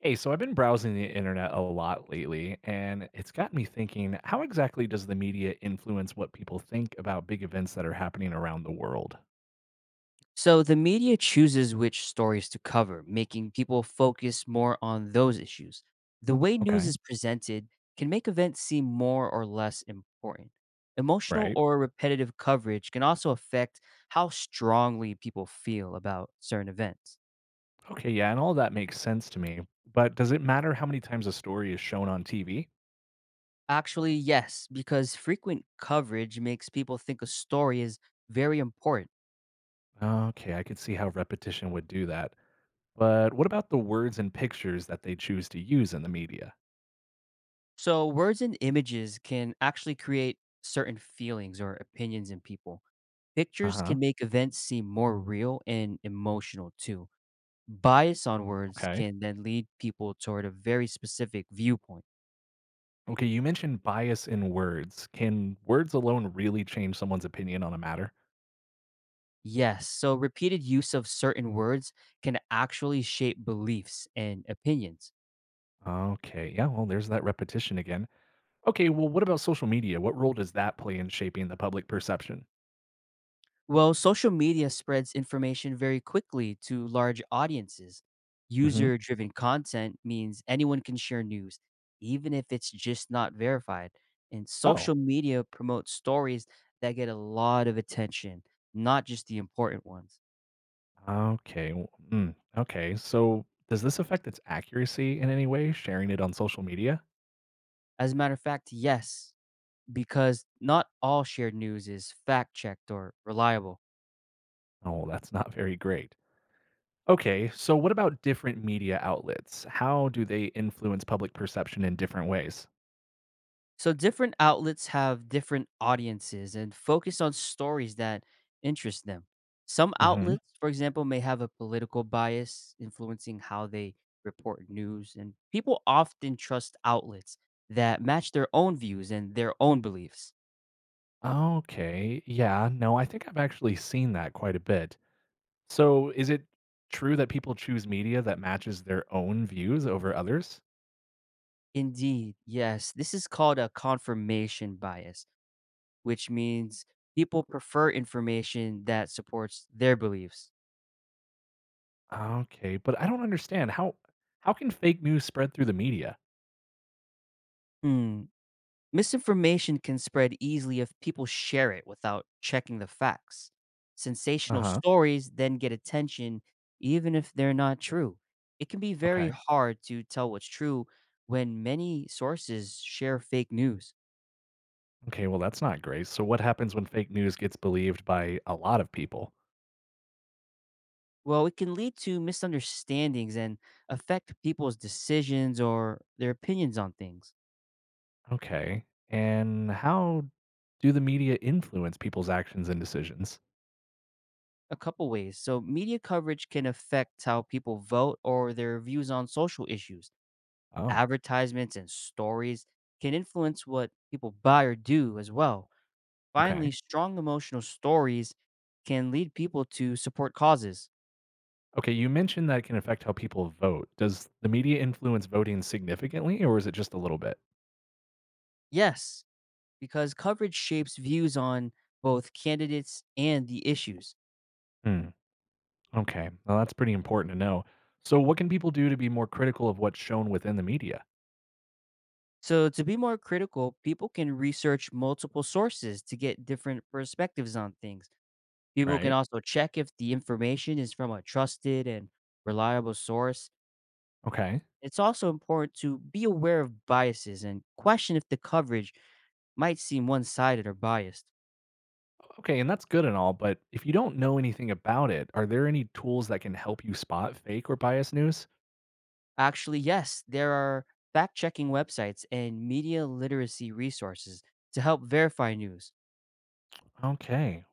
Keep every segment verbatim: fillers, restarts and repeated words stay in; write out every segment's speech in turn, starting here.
Hey, so I've been browsing the internet a lot lately, and it's got me thinking, how exactly does the media influence what people think about big events that are happening around the world? So the media chooses which stories to cover, making people focus more on those issues. The way news Okay, is presented can make events seem more or less important. Emotional right. or repetitive coverage can also affect how strongly people feel about certain events. Okay, yeah, and all that makes sense to me. But does it matter how many times a story is shown on T V? Actually, yes, because frequent coverage makes people think a story is very important. Okay, I could see how repetition would do that. But what about the words and pictures that they choose to use in the media? So, words and images can actually create certain feelings or opinions in people. Uh Pictures huh. can make events seem more real and emotional too. Bias on words Okay. can then lead people toward a very specific viewpoint. Okay, you mentioned bias in words. Can words alone really change someone's opinion on a matter? Yes, so repeated use of certain words can actually shape beliefs and opinions. Okay. Yeah. Well, there's that repetition again. Okay. Well, what about social media? What role does that play in shaping the public perception? Well, social media spreads information very quickly to large audiences. Hmm. User driven content means anyone can share news, even if it's just not verified. And Oh. social media promotes stories that get a lot of attention, not just the important ones. Okay. w- Mm, okay. So, does this affect its accuracy in any way? Sharing it on social media? As a matter of fact, yes, because not all shared news is fact checked or reliable. Oh, that's not very great. Okay. So, what about different media outlets? How do they influence public perception in different ways? So different outlets have different audiences and focus on stories that interest them. Some Hmm. outlets, for example, may have a political bias influencing how they report news, and people often trust outlets that match their own views and their own beliefs. Okay. Yeah. No, I think I've actually seen that quite a bit. So, is it true that people choose media that matches their own views over others? Indeed, yes, this is called a confirmation bias, which means people prefer information that supports their beliefs. Okay, but I don't understand how how can fake news spread through the media? Hmm. Misinformation can spread easily if people share it without checking the facts. Sensational Uh-huh. stories then get attention even if they're not true. It can be very Okay. hard to tell what's true when many sources share fake news. Okay, well that's not great. So what happens when fake news gets believed by a lot of people? Well, it can lead to misunderstandings and affect people's decisions or their opinions on things. Okay. And how do the media influence people's actions and decisions? A couple ways. So, media coverage can affect how people vote or their views on social issues. Oh, Advertisements and stories can influence what people buy or do as well. okay. Finally, strong emotional stories can lead people to support causes. Okay, you mentioned that it can affect how people vote. Does the media influence voting significantly or is it just a little bit? Yes, because coverage shapes views on both candidates and the issues. Hmm. Okay. Well, that's pretty important to know. So, what can people do to be more critical of what's shown within the media? So, to be more critical, people can research multiple sources to get different perspectives on things. People can Right. also check if the information is from a trusted and reliable source. Okay. It's also important to be aware of biases and question if the coverage might seem one sided or biased. Okay. And that's good and all. But if you don't know anything about it, are there any tools that can help you spot fake or biased news? Actually, yes, there are fact checking websites and media literacy resources to help verify news. Okay.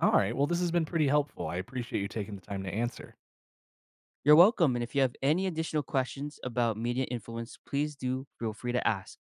All right. Well, this has been pretty helpful. I appreciate you taking the time to answer. You're welcome, and if you have any additional questions about media influence, please do feel free to ask.